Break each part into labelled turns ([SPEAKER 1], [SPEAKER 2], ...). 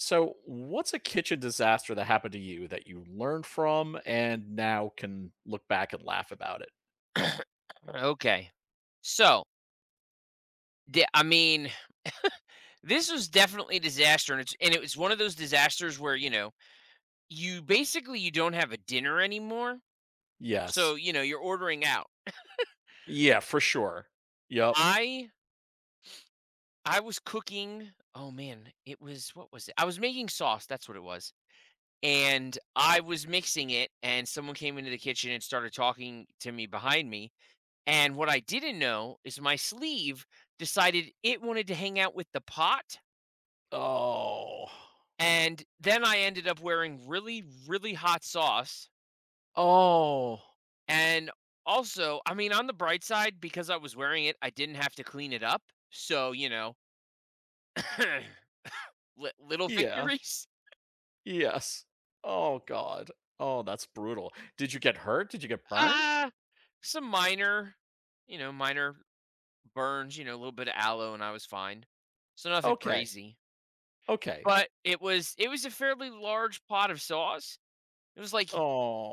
[SPEAKER 1] So, what's a kitchen disaster that happened to you that you learned from and now can look back and laugh about it?
[SPEAKER 2] Okay. So, d I mean, this was definitely a disaster, and it was one of those disasters where, you don't have a dinner anymore, so,
[SPEAKER 1] Yes.
[SPEAKER 2] you're ordering out.
[SPEAKER 1] Yeah, for sure. Yep.
[SPEAKER 2] I I was cooking oh, man, it was what was it? I was making sauce, that's what it was, and I was mixing it, and someone came into the kitchen and started talking to me behind me, and what I didn't know is my sleeve decided it wanted to hang out with the pot.
[SPEAKER 1] Oh.
[SPEAKER 2] And then I ended up wearing really, really hot sauce.
[SPEAKER 1] Oh.
[SPEAKER 2] And also, I mean, on the bright side, because I was wearing it, I didn't have to clean it up. So, little
[SPEAKER 1] Yeah.
[SPEAKER 2] victories.
[SPEAKER 1] Yes. Oh god. Oh, that's brutal. Did you get hurt? Did you get burned?
[SPEAKER 2] Ah, some minor, you know, minor burns, a little bit of aloe, and I was fine. So nothing
[SPEAKER 1] Okay.
[SPEAKER 2] crazy.
[SPEAKER 1] Okay.
[SPEAKER 2] But it was a fairly large pot of sauce. It was like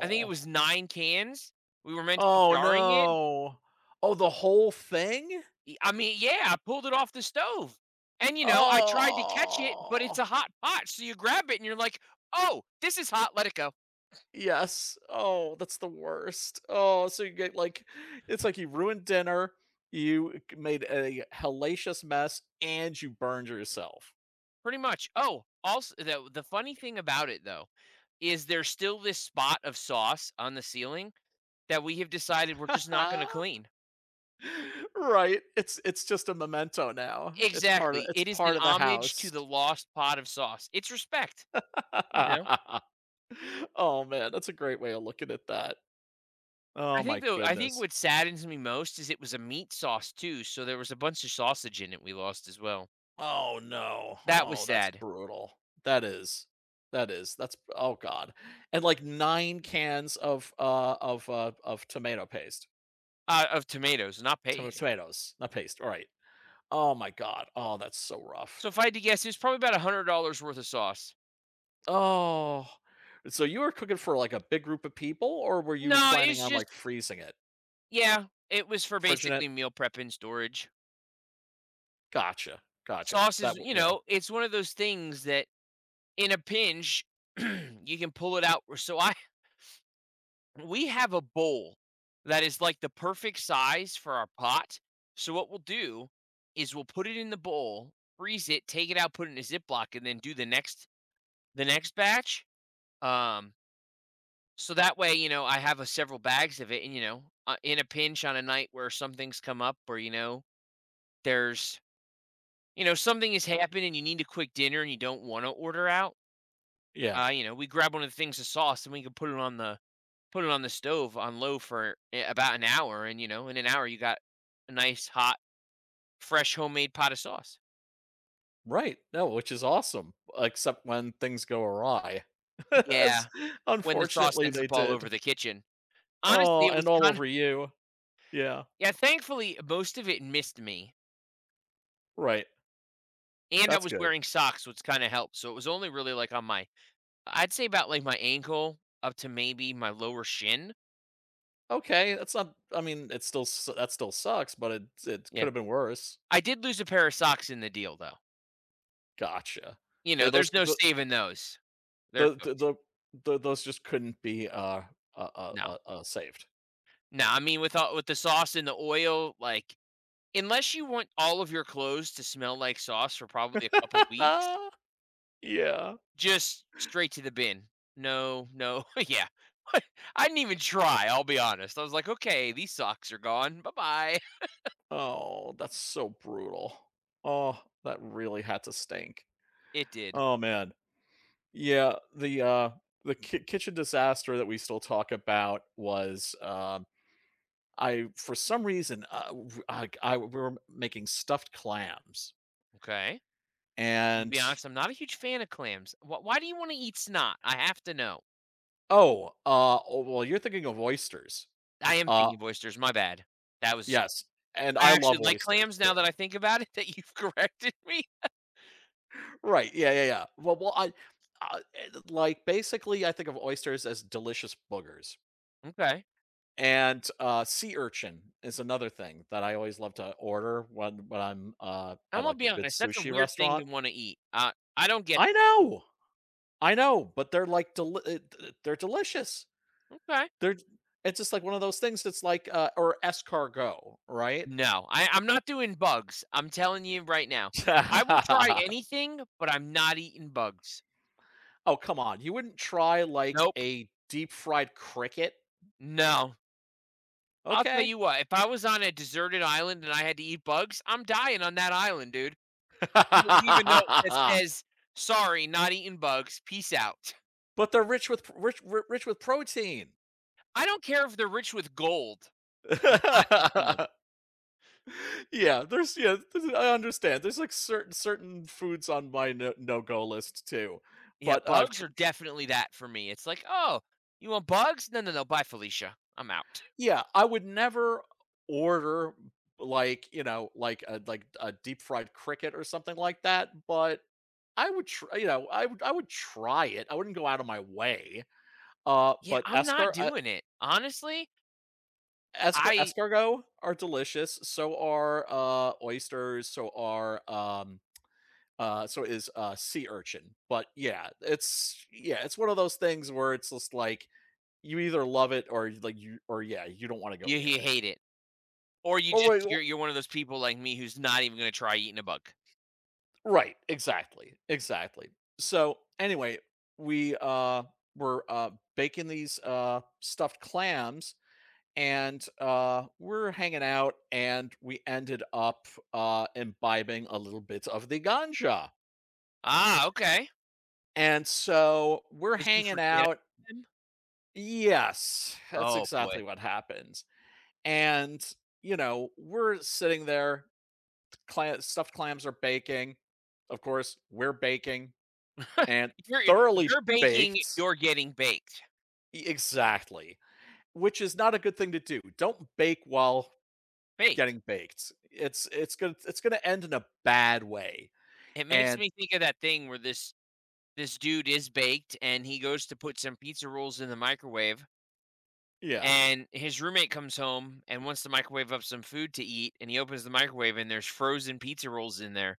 [SPEAKER 2] I think it was nine cans. We were meant to be
[SPEAKER 1] Oh
[SPEAKER 2] jarring it.
[SPEAKER 1] no. Oh, the whole thing?
[SPEAKER 2] Y I mean, yeah, I pulled it off the stove, and, I tried to catch it, but
[SPEAKER 1] Oh.
[SPEAKER 2] it's a hot pot, so you grab it and you're like, "Oh, this is hot, let it go,"
[SPEAKER 1] Yes. Oh, that's the worst. Oh, so you get like it's like you ruined dinner, you made a hellacious mess, and you burned yourself.
[SPEAKER 2] pretty much. Oh, also the funny thing about it, though, is there's still this spot of sauce on the ceiling that we have decided we're just not gonna clean.
[SPEAKER 1] Right. It's just a memento now.
[SPEAKER 2] Exactly,
[SPEAKER 1] It's
[SPEAKER 2] it is an
[SPEAKER 1] part of the
[SPEAKER 2] homage to
[SPEAKER 1] house.
[SPEAKER 2] the lost pot of sauce. It's respect, you know?
[SPEAKER 1] Oh man, that's a great way of looking at that. Oh my
[SPEAKER 2] I think
[SPEAKER 1] goodness.
[SPEAKER 2] what saddens me most is it was a meat sauce too, so there was a bunch of sausage in it we lost as well.
[SPEAKER 1] Oh, no.
[SPEAKER 2] That was
[SPEAKER 1] Oh, that's
[SPEAKER 2] sad.
[SPEAKER 1] brutal. That is. That is. That's oh god. And like 9 cans of, of tomato paste.
[SPEAKER 2] Of tomatoes, not
[SPEAKER 1] To
[SPEAKER 2] paste.
[SPEAKER 1] tomatoes, not paste, all right. Oh my god. Oh, that's so
[SPEAKER 2] So
[SPEAKER 1] rough.
[SPEAKER 2] if I had to guess, it was probably about $100 worth of sauce.
[SPEAKER 1] Oh. So you were cooking for, like, a big group of people, or were you
[SPEAKER 2] No,
[SPEAKER 1] planning
[SPEAKER 2] it's
[SPEAKER 1] on, like,
[SPEAKER 2] just
[SPEAKER 1] freezing it?
[SPEAKER 2] yeah, it was for
[SPEAKER 1] Fridging it?
[SPEAKER 2] basically meal prep and storage.
[SPEAKER 1] Gotcha, gotcha.
[SPEAKER 2] Sauce
[SPEAKER 1] That
[SPEAKER 2] is
[SPEAKER 1] w
[SPEAKER 2] you
[SPEAKER 1] yeah,
[SPEAKER 2] know, it's one of those things that in a pinch, you can pull it out. So I We have a bowl that is like the perfect size for our pot. So what we'll do is we'll put it in the bowl, freeze it, take it out, put it in a Ziploc, and then do the next batch. Um, So that way, I have a several bags of it and, in a pinch on a night where something's come up or, there's, something has happened and you need a quick dinner and you don't want to order out.
[SPEAKER 1] yeah.
[SPEAKER 2] You know, we grab one of the things of sauce and we can put it on the stove on low for about an hour and in an hour you got a nice hot fresh homemade pot of sauce.
[SPEAKER 1] Right, no, which is awesome, except when things go awry. As
[SPEAKER 2] Yeah, when the sauce
[SPEAKER 1] unfortunately,
[SPEAKER 2] ends
[SPEAKER 1] they
[SPEAKER 2] up all over
[SPEAKER 1] did.
[SPEAKER 2] the kitchen. Honestly,
[SPEAKER 1] Oh,
[SPEAKER 2] it was
[SPEAKER 1] and all
[SPEAKER 2] kind of
[SPEAKER 1] over you. Yeah,
[SPEAKER 2] yeah, thankfully most of it missed me.
[SPEAKER 1] right.
[SPEAKER 2] And I
[SPEAKER 1] That's
[SPEAKER 2] was
[SPEAKER 1] good.
[SPEAKER 2] wearing socks, which kinda helped, so it was only really, like, on my I'd say about, like, my ankle up to maybe my lower shin.
[SPEAKER 1] Okay, that's not I mean, it still s that still sucks, but it could
[SPEAKER 2] Yeah.
[SPEAKER 1] have been worse.
[SPEAKER 2] I did lose a pair of socks in the deal, though.
[SPEAKER 1] Gotcha.
[SPEAKER 2] You
[SPEAKER 1] They
[SPEAKER 2] know,
[SPEAKER 1] those
[SPEAKER 2] there's no saving those. They're
[SPEAKER 1] the the
[SPEAKER 2] cooked.
[SPEAKER 1] the the those just couldn't be,
[SPEAKER 2] No.
[SPEAKER 1] saved.
[SPEAKER 2] No, I mean, with the sauce and the oil, like unless you want all of your clothes to smell like sauce for probably a couple weeks,
[SPEAKER 1] Yeah.
[SPEAKER 2] just straight to the bin. No, no yeah. I didn't even try, I'll be honest. I was like, "Okay, these socks are gone. Bye-bye."
[SPEAKER 1] Oh, that's so brutal. Oh, that really had to stink.
[SPEAKER 2] It did.
[SPEAKER 1] Oh, man. Yeah, the ki kitchen disaster that we still talk about was, I for some reason, w I we were making stuffed clams,
[SPEAKER 2] Okay. I'm gonna be
[SPEAKER 1] and
[SPEAKER 2] honest, I'm not a huge fan of clams. Wh why do you wanna eat snot? I have to know.
[SPEAKER 1] oh, oh, well, you're thinking of oysters.
[SPEAKER 2] I am
[SPEAKER 1] Uh,
[SPEAKER 2] thinking of oysters, my bad. That was
[SPEAKER 1] yes, and
[SPEAKER 2] I
[SPEAKER 1] I
[SPEAKER 2] actually
[SPEAKER 1] love
[SPEAKER 2] like
[SPEAKER 1] oysters
[SPEAKER 2] clams now that
[SPEAKER 1] too.
[SPEAKER 2] I think about it, that you've corrected me.
[SPEAKER 1] Right, yeah. Well well, I like, basically, I think of oysters as delicious boogers,
[SPEAKER 2] Okay.
[SPEAKER 1] and, sea urchin is another thing that I always love to order when I'm,
[SPEAKER 2] I'm
[SPEAKER 1] at,
[SPEAKER 2] gonna
[SPEAKER 1] like, a
[SPEAKER 2] be
[SPEAKER 1] good
[SPEAKER 2] honest, that's a
[SPEAKER 1] sushi
[SPEAKER 2] weird thing
[SPEAKER 1] restaurant.
[SPEAKER 2] to wanna eat. I don't get
[SPEAKER 1] I know, I know, but they're, like, deli th they're delicious.
[SPEAKER 2] that. Okay.
[SPEAKER 1] They're it's just like one of those things that's like, or escargot, right?
[SPEAKER 2] No, I'm not doing bugs, I'm telling you right now. I will try anything, but I'm not eating bugs.
[SPEAKER 1] Oh, come on. You wouldn't try, like,
[SPEAKER 2] Nope.
[SPEAKER 1] a deep-fried cricket?
[SPEAKER 2] No. I'll tell
[SPEAKER 1] Okay.
[SPEAKER 2] you what, if I was on a deserted island and I had to eat bugs, I'm dying on that island, dude. I'm gonna leave a note that says, "Sorry, not eating bugs. Peace out."
[SPEAKER 1] But they're rich with rich rich with protein.
[SPEAKER 2] I don't care if they're rich with gold. I'm not eating them.
[SPEAKER 1] Yeah, there's I understand. There's, like, certain certain foods on my no no-go list too,
[SPEAKER 2] Yeah,
[SPEAKER 1] but I've
[SPEAKER 2] bugs
[SPEAKER 1] tr
[SPEAKER 2] are definitely that for me. It's like, "Oh, you want bugs? No, no, no. Bye, Felicia. I'm out."
[SPEAKER 1] Yeah, I would never order, like, you know, like a deep fried cricket or something like that, but I would try you know, I would try it. I wouldn't go out of my way,
[SPEAKER 2] Yeah,
[SPEAKER 1] but
[SPEAKER 2] I'm not
[SPEAKER 1] escar
[SPEAKER 2] doing it. Honestly,
[SPEAKER 1] escar
[SPEAKER 2] I
[SPEAKER 1] escargot are delicious, so are, oysters, so are, so is, sea urchin, but yeah, it's one of those things where it's just like, you either love it or, like, you or yeah, you don't wanna go
[SPEAKER 2] you,
[SPEAKER 1] near
[SPEAKER 2] you
[SPEAKER 1] it.
[SPEAKER 2] hate it, or
[SPEAKER 1] Or wait
[SPEAKER 2] you're one of those people like me who's not even gonna try eating a bug.
[SPEAKER 1] Right, exactly, exactly. So anyway, we were baking these stuffed clams and we're hanging out and we ended up imbibing a little bit of the ganja.
[SPEAKER 2] Okay.
[SPEAKER 1] And so we're
[SPEAKER 2] Did you
[SPEAKER 1] hanging
[SPEAKER 2] forget
[SPEAKER 1] out.
[SPEAKER 2] about them?
[SPEAKER 1] Yes, that's
[SPEAKER 2] Oh
[SPEAKER 1] exactly
[SPEAKER 2] boy,
[SPEAKER 1] what happens. And you know, we're sitting there, cla- stuffed clams are baking. Of course, we're baking and
[SPEAKER 2] you're you're-
[SPEAKER 1] thoroughly
[SPEAKER 2] they're baking.
[SPEAKER 1] baked.
[SPEAKER 2] You're getting baked.
[SPEAKER 1] E- Exactly. Which is not a good thing to do. Don't bake while
[SPEAKER 2] Baked.
[SPEAKER 1] getting baked. It's gonna it's gonna end in a bad way.
[SPEAKER 2] It makes
[SPEAKER 1] And
[SPEAKER 2] me think of that thing where this dude is baked and he goes to put some pizza rolls in the microwave
[SPEAKER 1] yeah.
[SPEAKER 2] and his roommate comes home and wants to microwave up some food to eat and he opens the microwave and there's frozen pizza rolls in there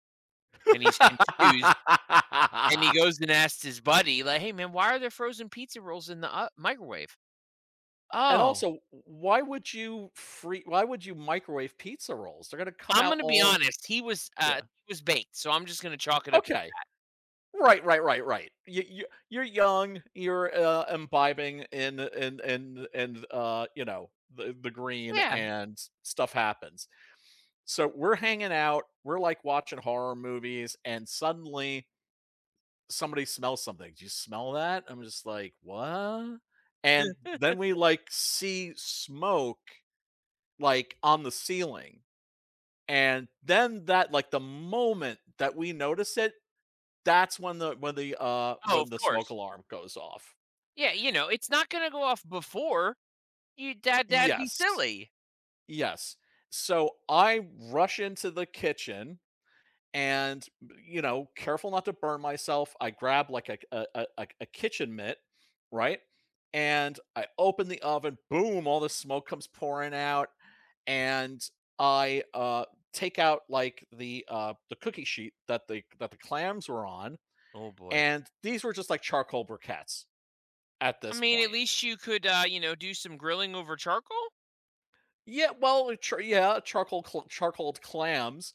[SPEAKER 2] and he's confused and he goes and asks his buddy like, "Hey man, why are there frozen pizza rolls in the o microwave?"
[SPEAKER 1] And
[SPEAKER 2] "Oh,
[SPEAKER 1] also, why would you free why would you microwave pizza rolls? They're gonna come
[SPEAKER 2] I'm
[SPEAKER 1] out
[SPEAKER 2] gonna be
[SPEAKER 1] all
[SPEAKER 2] honest,
[SPEAKER 1] yeah.
[SPEAKER 2] he was baked, so I'm just gonna chalk it up."
[SPEAKER 1] Okay. Right. You, you you're young. You're imbibing in and you know the green
[SPEAKER 2] Yeah,
[SPEAKER 1] and stuff happens. So we're hanging out. We're like watching horror movies, and suddenly somebody smells something. Do you smell that? I'm just like what? And then we like see smoke like on the ceiling, and then that like the moment that we notice it, that's when the when the,
[SPEAKER 2] oh,
[SPEAKER 1] when
[SPEAKER 2] of
[SPEAKER 1] the smoke
[SPEAKER 2] course.
[SPEAKER 1] alarm goes off.
[SPEAKER 2] Yeah, it's not gonna go off before, you that'd be
[SPEAKER 1] Yes,
[SPEAKER 2] silly.
[SPEAKER 1] yes. So I rush into the kitchen and, you know, careful not to burn myself, I grab like a kitchen mitt, right? And I open the oven, boom, all the smoke comes pouring out, and I, take out like the cookie sheet that the clams were on,
[SPEAKER 2] Oh boy.
[SPEAKER 1] and these were just like charcoal briquettes at
[SPEAKER 2] I
[SPEAKER 1] this
[SPEAKER 2] mean, at
[SPEAKER 1] point.
[SPEAKER 2] least you could, do some grilling over charcoal.
[SPEAKER 1] Yeah, well, char yeah, charcoal cl charcoaled clams.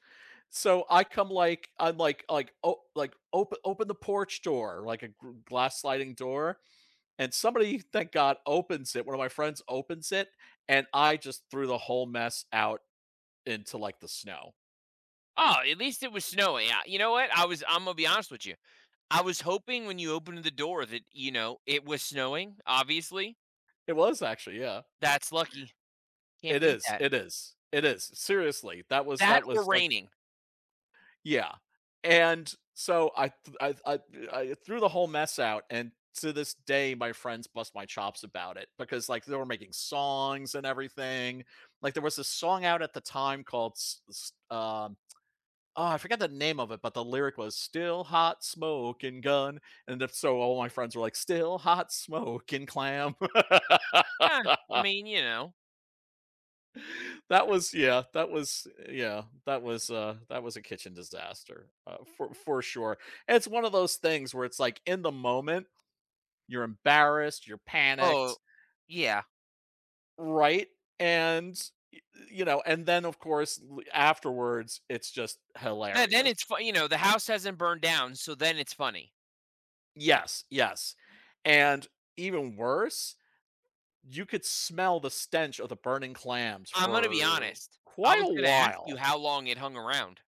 [SPEAKER 1] So I come like I'm like, "Oh," like, "Open open the porch door," like a gr glass sliding door, and somebody, thank God, opens it. One of my friends opens it, and I just threw the whole mess out into, like, the snow.
[SPEAKER 2] Oh, at least it was snowing. You know what? I was. I'm gonna be honest with you. I was hoping when you opened the door that it was snowing. Obviously,
[SPEAKER 1] It was actually, yeah.
[SPEAKER 2] that's lucky. Can't
[SPEAKER 1] It
[SPEAKER 2] beat
[SPEAKER 1] is,
[SPEAKER 2] that.
[SPEAKER 1] it is, it is. Seriously,
[SPEAKER 2] That
[SPEAKER 1] that
[SPEAKER 2] or
[SPEAKER 1] was, like
[SPEAKER 2] raining.
[SPEAKER 1] Yeah, and so I th I I threw the whole mess out, and to this day, my friends bust my chops about it because, like, they were making songs and everything. Like, there was this song out at the time called, s s oh, I forgot the name of it, but the lyric was "Still hot smoking gun," and if so all my friends were like, "Still hot smoking clam."
[SPEAKER 2] Eh, I mean, you know.
[SPEAKER 1] That was yeah, that was yeah, that was a kitchen disaster. For sure. And it's one of those things where it's like in the moment, you're embarrassed, you're
[SPEAKER 2] Oh,
[SPEAKER 1] panicked,
[SPEAKER 2] yeah.
[SPEAKER 1] right? And y- you know, and then of course l- afterwards it's just
[SPEAKER 2] Then
[SPEAKER 1] hilarious.
[SPEAKER 2] it's fun. The house hasn't burned down, so then it's funny.
[SPEAKER 1] Yes, yes. And even worse, you could smell the stench of the burning clams
[SPEAKER 2] I'm gonna be
[SPEAKER 1] for
[SPEAKER 2] honest. I
[SPEAKER 1] quite
[SPEAKER 2] was
[SPEAKER 1] a
[SPEAKER 2] gonna ask you
[SPEAKER 1] while.
[SPEAKER 2] how long it hung around.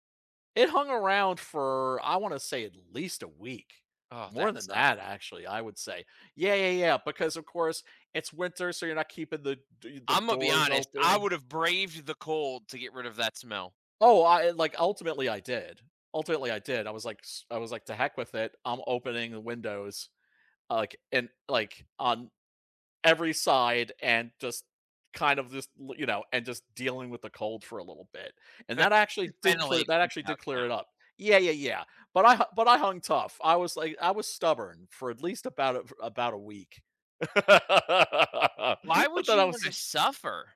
[SPEAKER 1] It hung around for I want to say at least a week.
[SPEAKER 2] Oh,
[SPEAKER 1] More
[SPEAKER 2] that
[SPEAKER 1] than that,
[SPEAKER 2] sucks.
[SPEAKER 1] actually, I would say. Yeah. Because of course it's winter, so you're not keeping the
[SPEAKER 2] I'm gonna be
[SPEAKER 1] doors
[SPEAKER 2] honest, I
[SPEAKER 1] open.
[SPEAKER 2] would have braved the cold to get rid of that smell.
[SPEAKER 1] Oh, I like ultimately I did. Ultimately I did. I was like s- I was like to heck with it. I'm opening the windows like and like on every side and just kind of just you know and just dealing with the cold for a little bit and that actually
[SPEAKER 2] Just
[SPEAKER 1] did clear
[SPEAKER 2] ventilating
[SPEAKER 1] that
[SPEAKER 2] this
[SPEAKER 1] actually did
[SPEAKER 2] house now.
[SPEAKER 1] clear it up yeah yeah yeah but I hu- but I hung tough I was like I was stubborn for at least about a week but
[SPEAKER 2] Why would
[SPEAKER 1] then I
[SPEAKER 2] you
[SPEAKER 1] was
[SPEAKER 2] wanna
[SPEAKER 1] just-
[SPEAKER 2] suffer?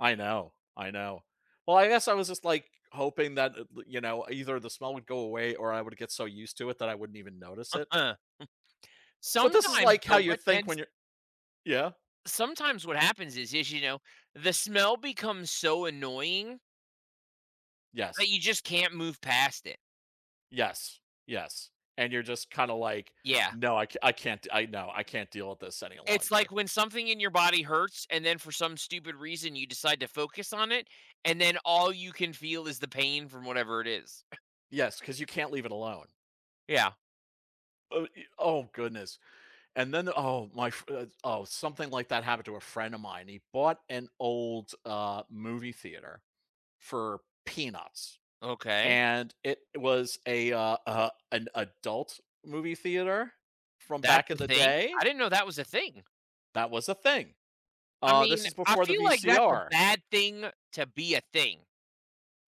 [SPEAKER 1] I know well I guess I was just like hoping that you know either the smell would go away or I would get so used to it that I wouldn't even notice it but this is
[SPEAKER 2] Sometimes
[SPEAKER 1] like how
[SPEAKER 2] though,
[SPEAKER 1] you
[SPEAKER 2] what
[SPEAKER 1] think when
[SPEAKER 2] tends
[SPEAKER 1] you're yeah
[SPEAKER 2] sometimes what happens is, the smell becomes so annoying
[SPEAKER 1] yes
[SPEAKER 2] that you just can't move past it.
[SPEAKER 1] Yes, yes, and you're just kinda like,
[SPEAKER 2] Yeah.
[SPEAKER 1] "No, I c I can't I know, I can't deal with this any
[SPEAKER 2] It's like
[SPEAKER 1] longer."
[SPEAKER 2] when something in your body hurts and then for some stupid reason you decide to focus on it, and then all you can feel is the pain from whatever it is.
[SPEAKER 1] Yes, because you can't leave it alone.
[SPEAKER 2] Yeah.
[SPEAKER 1] Oh, e oh, goodness, and then oh, my f oh, something like that happened to a friend of mine. He bought an old, movie theater for peanuts,
[SPEAKER 2] Okay.
[SPEAKER 1] and it was a, an adult movie theater from
[SPEAKER 2] That's
[SPEAKER 1] back in
[SPEAKER 2] a
[SPEAKER 1] the
[SPEAKER 2] thing?
[SPEAKER 1] day.
[SPEAKER 2] I didn't know that was a thing.
[SPEAKER 1] That was a thing.
[SPEAKER 2] I
[SPEAKER 1] This
[SPEAKER 2] mean,
[SPEAKER 1] is
[SPEAKER 2] I
[SPEAKER 1] before the
[SPEAKER 2] feel like that's a
[SPEAKER 1] VCR.
[SPEAKER 2] bad thing to be a thing.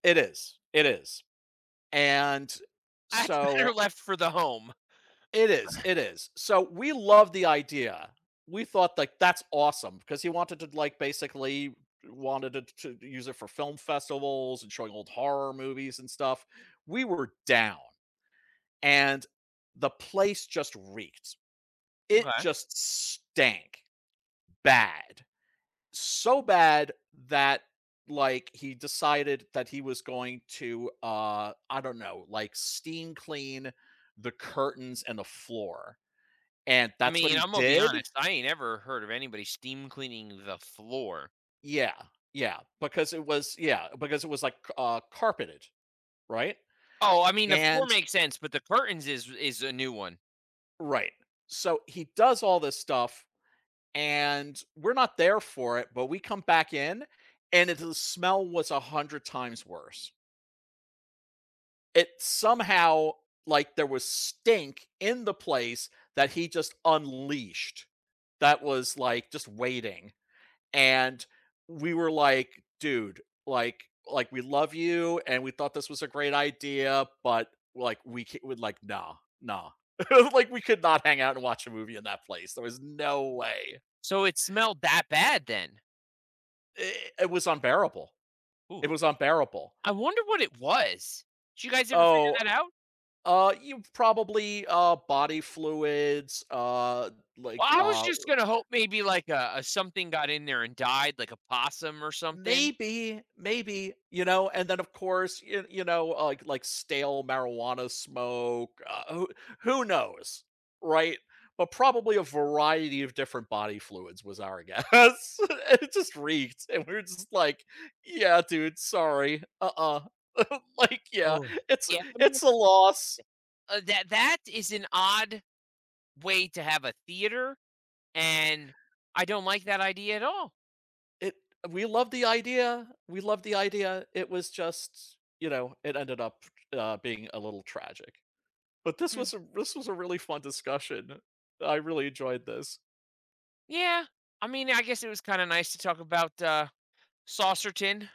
[SPEAKER 1] It is, it is. And
[SPEAKER 2] That's better
[SPEAKER 1] so
[SPEAKER 2] left for the home.
[SPEAKER 1] it is, it is. So we love the idea. We thought like that's awesome because he wanted to like basically wanted to use it for film festivals and showing old horror movies and stuff. We were down and the place just reeked. It
[SPEAKER 2] Okay.
[SPEAKER 1] just stank bad. So bad that like he decided that he was going to I don't know, like steam clean the curtains and the floor. And
[SPEAKER 2] I
[SPEAKER 1] that's what
[SPEAKER 2] mean,
[SPEAKER 1] he
[SPEAKER 2] I'm gonna be
[SPEAKER 1] did?
[SPEAKER 2] honest. I ain't ever heard of anybody steam cleaning the floor.
[SPEAKER 1] Yeah. Yeah, because it was yeah, because it was like carpeted, right?
[SPEAKER 2] Oh, I mean, the floor
[SPEAKER 1] And
[SPEAKER 2] makes sense, but the curtains is a new one.
[SPEAKER 1] right. So he does all this stuff and we're not there for it, but we come back in and it, the smell was 100 times worse. It somehow like there was stink in the place that he just unleashed that was like just waiting and we were like dude like we love you and we thought this was a great idea but like we would like nah nah like we could not hang out and watch a movie in that place there was no way
[SPEAKER 2] So it smelled that bad then.
[SPEAKER 1] it,
[SPEAKER 2] Ooh,
[SPEAKER 1] it was unbearable
[SPEAKER 2] I wonder what it was. Did you guys ever figure
[SPEAKER 1] oh
[SPEAKER 2] that out?
[SPEAKER 1] You probably, body fluids,
[SPEAKER 2] Well,
[SPEAKER 1] like,
[SPEAKER 2] I was just gonna hope maybe like a something got in there and died, like a possum or something.
[SPEAKER 1] maybe, maybe, you know, and then of course, you know, like stale marijuana smoke, who knows, right? But probably a variety of different body fluids was our guess. It just reeked, and we were just like, "Yeah, dude, sorry, like, yeah,
[SPEAKER 2] Oh,
[SPEAKER 1] it's
[SPEAKER 2] yeah. I mean,
[SPEAKER 1] it's a loss."
[SPEAKER 2] that is an odd way to have a theater, and I don't like that idea at all.
[SPEAKER 1] It we love the idea. We love the idea. It was just, you know, it ended up being a little tragic. But
[SPEAKER 2] Mm.
[SPEAKER 1] this was a really fun discussion. I really enjoyed this.
[SPEAKER 2] Yeah, I mean, I guess it was kinda nice to talk about, Saucerton,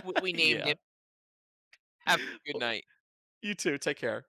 [SPEAKER 2] what we named
[SPEAKER 1] Yeah.
[SPEAKER 2] it. Have a good
[SPEAKER 1] Well,
[SPEAKER 2] night.
[SPEAKER 1] you too. Take care.